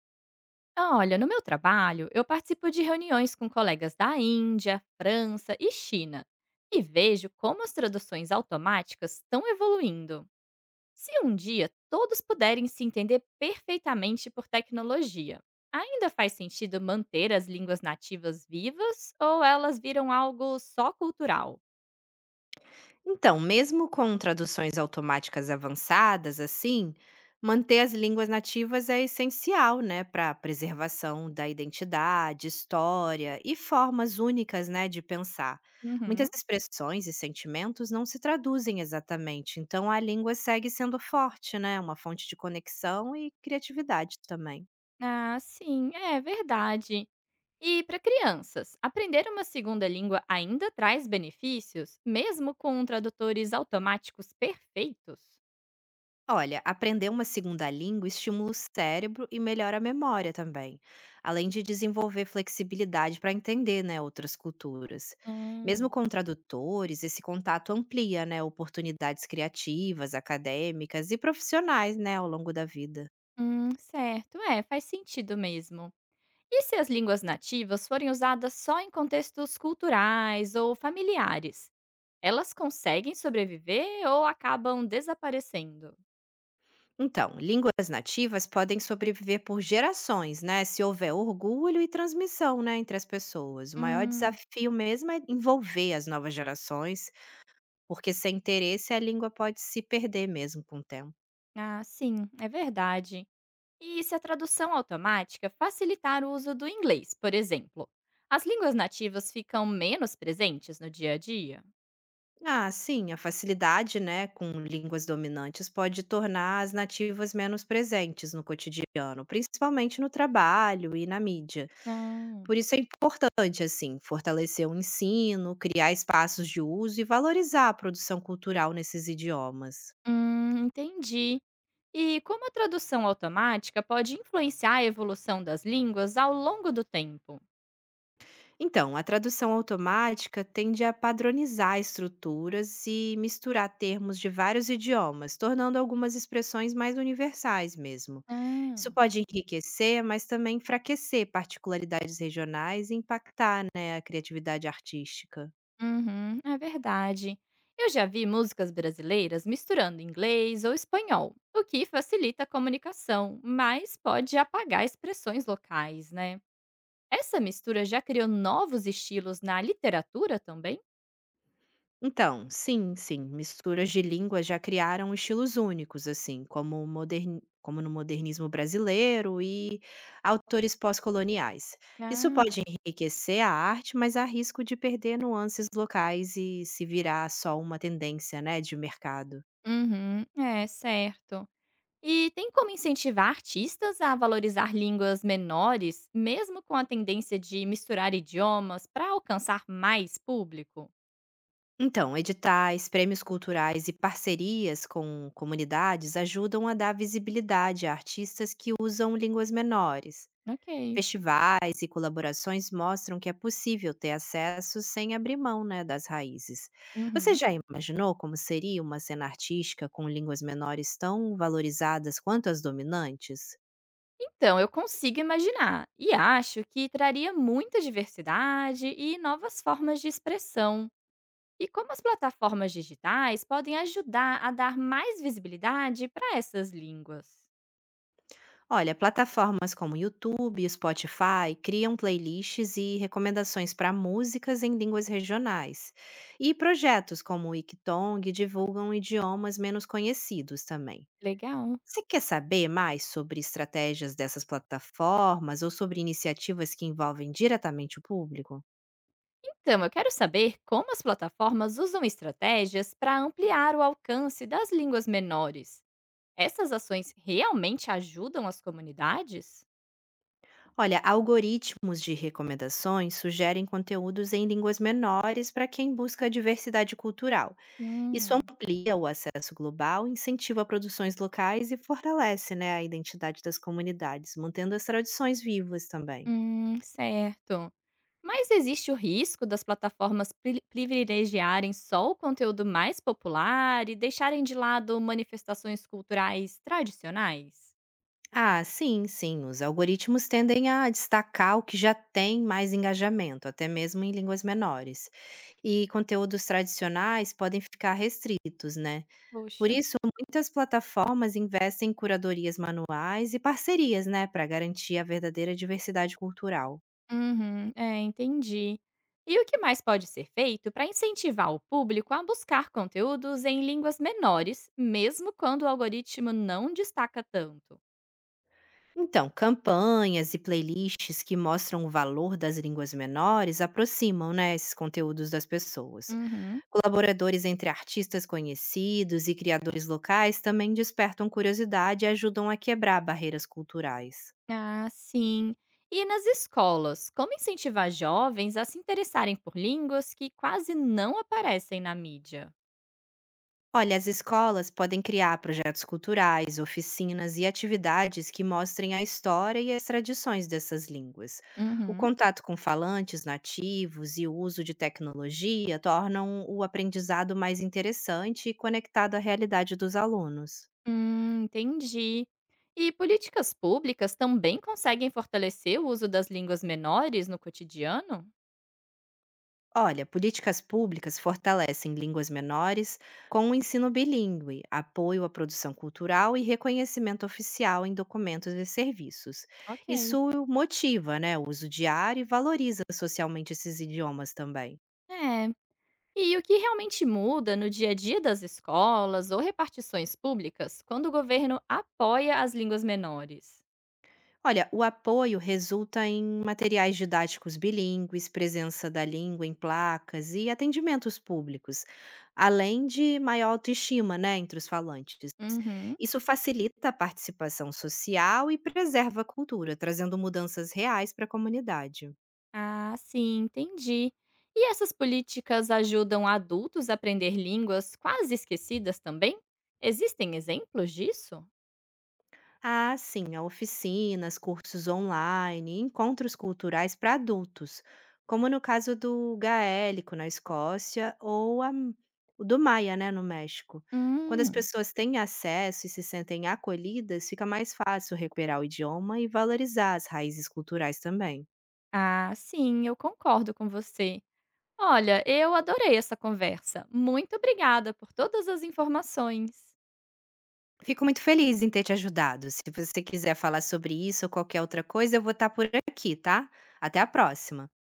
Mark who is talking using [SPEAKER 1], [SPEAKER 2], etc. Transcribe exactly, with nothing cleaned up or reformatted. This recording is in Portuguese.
[SPEAKER 1] Ah, olha, no meu trabalho, eu participo de reuniões com colegas da Índia, França e China e vejo como as traduções automáticas estão evoluindo. Se um dia todos puderem se entender perfeitamente por tecnologia, ainda faz sentido manter as línguas nativas vivas ou elas viram algo só cultural?
[SPEAKER 2] Então, mesmo com traduções automáticas avançadas, assim, manter as línguas nativas é essencial, né, para a preservação da identidade, história e formas únicas, né, de pensar. Muitas
[SPEAKER 1] Uhum.
[SPEAKER 2] expressões e sentimentos não se traduzem exatamente, então a língua segue sendo forte, né, uma fonte de conexão e criatividade também.
[SPEAKER 1] Ah, sim, é verdade. E para crianças, aprender uma segunda língua ainda traz benefícios, mesmo com tradutores automáticos perfeitos?
[SPEAKER 2] Olha, aprender uma segunda língua estimula o cérebro e melhora a memória também, além de desenvolver flexibilidade para entender, né, outras culturas. Mesmo
[SPEAKER 1] Hum.
[SPEAKER 2] com tradutores, esse contato amplia, né, oportunidades criativas, acadêmicas e profissionais, né, ao longo da vida.
[SPEAKER 1] Hum, certo, é, faz sentido mesmo. E se as línguas nativas forem usadas só em contextos culturais ou familiares? Elas conseguem sobreviver ou acabam desaparecendo?
[SPEAKER 2] Então, línguas nativas podem sobreviver por gerações, né, se houver orgulho e transmissão, né, entre as pessoas. O maior
[SPEAKER 1] Hum.
[SPEAKER 2] desafio mesmo é envolver as novas gerações. Porque sem interesse a língua pode se perder mesmo com o tempo.
[SPEAKER 1] Ah, sim, é verdade. E se a tradução automática facilitar o uso do inglês, por exemplo, as línguas nativas ficam menos presentes no dia a dia?
[SPEAKER 2] Ah, sim, a facilidade, né, com línguas dominantes pode tornar as nativas menos presentes no cotidiano, principalmente no trabalho e na mídia.
[SPEAKER 1] Ah,
[SPEAKER 2] Por isso é importante, assim, fortalecer o ensino, criar espaços de uso e valorizar a produção cultural nesses idiomas.
[SPEAKER 1] hum, entendi. E como a tradução automática pode influenciar a evolução das línguas ao longo do tempo?
[SPEAKER 2] Então, a tradução automática tende a padronizar estruturas e misturar termos de vários idiomas, tornando algumas expressões mais universais mesmo. Isso
[SPEAKER 1] Ah,
[SPEAKER 2] pode enriquecer, mas também enfraquecer particularidades regionais e impactar, né, a criatividade artística.
[SPEAKER 1] uhum, é verdade. Eu já vi músicas brasileiras misturando inglês ou espanhol, o que facilita a comunicação, mas pode apagar expressões locais, né? Essa mistura já criou novos estilos na literatura também?
[SPEAKER 2] Então, sim, sim, misturas de línguas já criaram estilos únicos, assim, como, o moderni- como no modernismo brasileiro e autores pós-coloniais. Isso
[SPEAKER 1] Ah,
[SPEAKER 2] pode enriquecer a arte, mas há risco de perder nuances locais e se virar só uma tendência, né, de mercado.
[SPEAKER 1] uhum, é certo. E tem como incentivar artistas a valorizar línguas menores, mesmo com a tendência de misturar idiomas para alcançar mais público?
[SPEAKER 2] Então, editais, prêmios culturais e parcerias com comunidades ajudam a dar visibilidade a artistas que usam línguas menores.
[SPEAKER 1] Ok.
[SPEAKER 2] Festivais e colaborações mostram que é possível ter acesso sem abrir mão, né, das raízes. Você
[SPEAKER 1] Uhum.
[SPEAKER 2] já imaginou como seria uma cena artística com línguas menores tão valorizadas quanto as dominantes?
[SPEAKER 1] Então, eu consigo imaginar e acho que traria muita diversidade e novas formas de expressão. E como as plataformas digitais podem ajudar a dar mais visibilidade para essas línguas?
[SPEAKER 2] Olha, plataformas como YouTube e Spotify criam playlists e recomendações para músicas em línguas regionais. E projetos como o Ictong divulgam idiomas menos conhecidos também.
[SPEAKER 1] Legal.
[SPEAKER 2] Você quer saber mais sobre estratégias dessas plataformas ou sobre iniciativas que envolvem diretamente o público?
[SPEAKER 1] Então, eu quero saber como as plataformas usam estratégias para ampliar o alcance das línguas menores. Essas ações realmente ajudam as comunidades?
[SPEAKER 2] Olha, algoritmos de recomendações sugerem conteúdos em línguas menores para quem busca a diversidade cultural. Isso
[SPEAKER 1] Hum.
[SPEAKER 2] amplia o acesso global, incentiva produções locais e fortalece, né, a identidade das comunidades, mantendo as tradições vivas também.
[SPEAKER 1] Hum, certo. Mas existe o risco das plataformas pri- privilegiarem só o conteúdo mais popular e deixarem de lado manifestações culturais tradicionais?
[SPEAKER 2] Ah, sim, sim. Os algoritmos tendem a destacar o que já tem mais engajamento, até mesmo em línguas menores. E conteúdos tradicionais podem ficar restritos, né? Por
[SPEAKER 1] Poxa.
[SPEAKER 2] isso, muitas plataformas investem em curadorias manuais e parcerias, né, para garantir a verdadeira diversidade cultural.
[SPEAKER 1] Uhum. É, entendi. E o que mais pode ser feito para incentivar o público a buscar conteúdos em línguas menores, mesmo quando o algoritmo não destaca tanto?
[SPEAKER 2] Então, campanhas e playlists que mostram o valor das línguas menores aproximam, né, esses conteúdos das pessoas.
[SPEAKER 1] Uhum.
[SPEAKER 2] Colaboradores entre artistas conhecidos e criadores locais também despertam curiosidade e ajudam a quebrar barreiras culturais.
[SPEAKER 1] Ah, sim. E nas escolas, como incentivar jovens a se interessarem por línguas que quase não aparecem na mídia?
[SPEAKER 2] Olha, as escolas podem criar projetos culturais, oficinas e atividades que mostrem a história e as tradições dessas línguas. O
[SPEAKER 1] Uhum.
[SPEAKER 2] contato com falantes nativos e o uso de tecnologia tornam o aprendizado mais interessante e conectado à realidade dos alunos.
[SPEAKER 1] Hum, entendi. E políticas públicas também conseguem fortalecer o uso das línguas menores no cotidiano?
[SPEAKER 2] Olha, políticas públicas fortalecem línguas menores com o ensino bilíngue, apoio à produção cultural e reconhecimento oficial em documentos e serviços.
[SPEAKER 1] Ok.
[SPEAKER 2] Isso motiva, né, o uso diário e valoriza socialmente esses idiomas também.
[SPEAKER 1] É. E o que realmente muda no dia a dia das escolas ou repartições públicas quando o governo apoia as línguas menores?
[SPEAKER 2] Olha, o apoio resulta em materiais didáticos bilíngues, presença da língua em placas e atendimentos públicos, além de maior autoestima, né, entre os falantes.
[SPEAKER 1] Uhum.
[SPEAKER 2] Isso facilita a participação social e preserva a cultura, trazendo mudanças reais para a comunidade.
[SPEAKER 1] Ah, sim, entendi. E essas políticas ajudam adultos a aprender línguas quase esquecidas também? Existem exemplos disso?
[SPEAKER 2] Ah, sim, há oficinas, cursos online, e encontros culturais para adultos, como no caso do gaélico na Escócia ou a m- o do Maia, né, no México. Quando as
[SPEAKER 1] Hum.
[SPEAKER 2] pessoas têm acesso e se sentem acolhidas, fica mais fácil recuperar o idioma e valorizar as raízes culturais também.
[SPEAKER 1] Ah, sim, eu concordo com você. Olha, eu adorei essa conversa. Muito obrigada por todas as informações.
[SPEAKER 2] Fico muito feliz em ter te ajudado. Se você quiser falar sobre isso ou qualquer outra coisa, eu vou estar por aqui, tá? Até a próxima!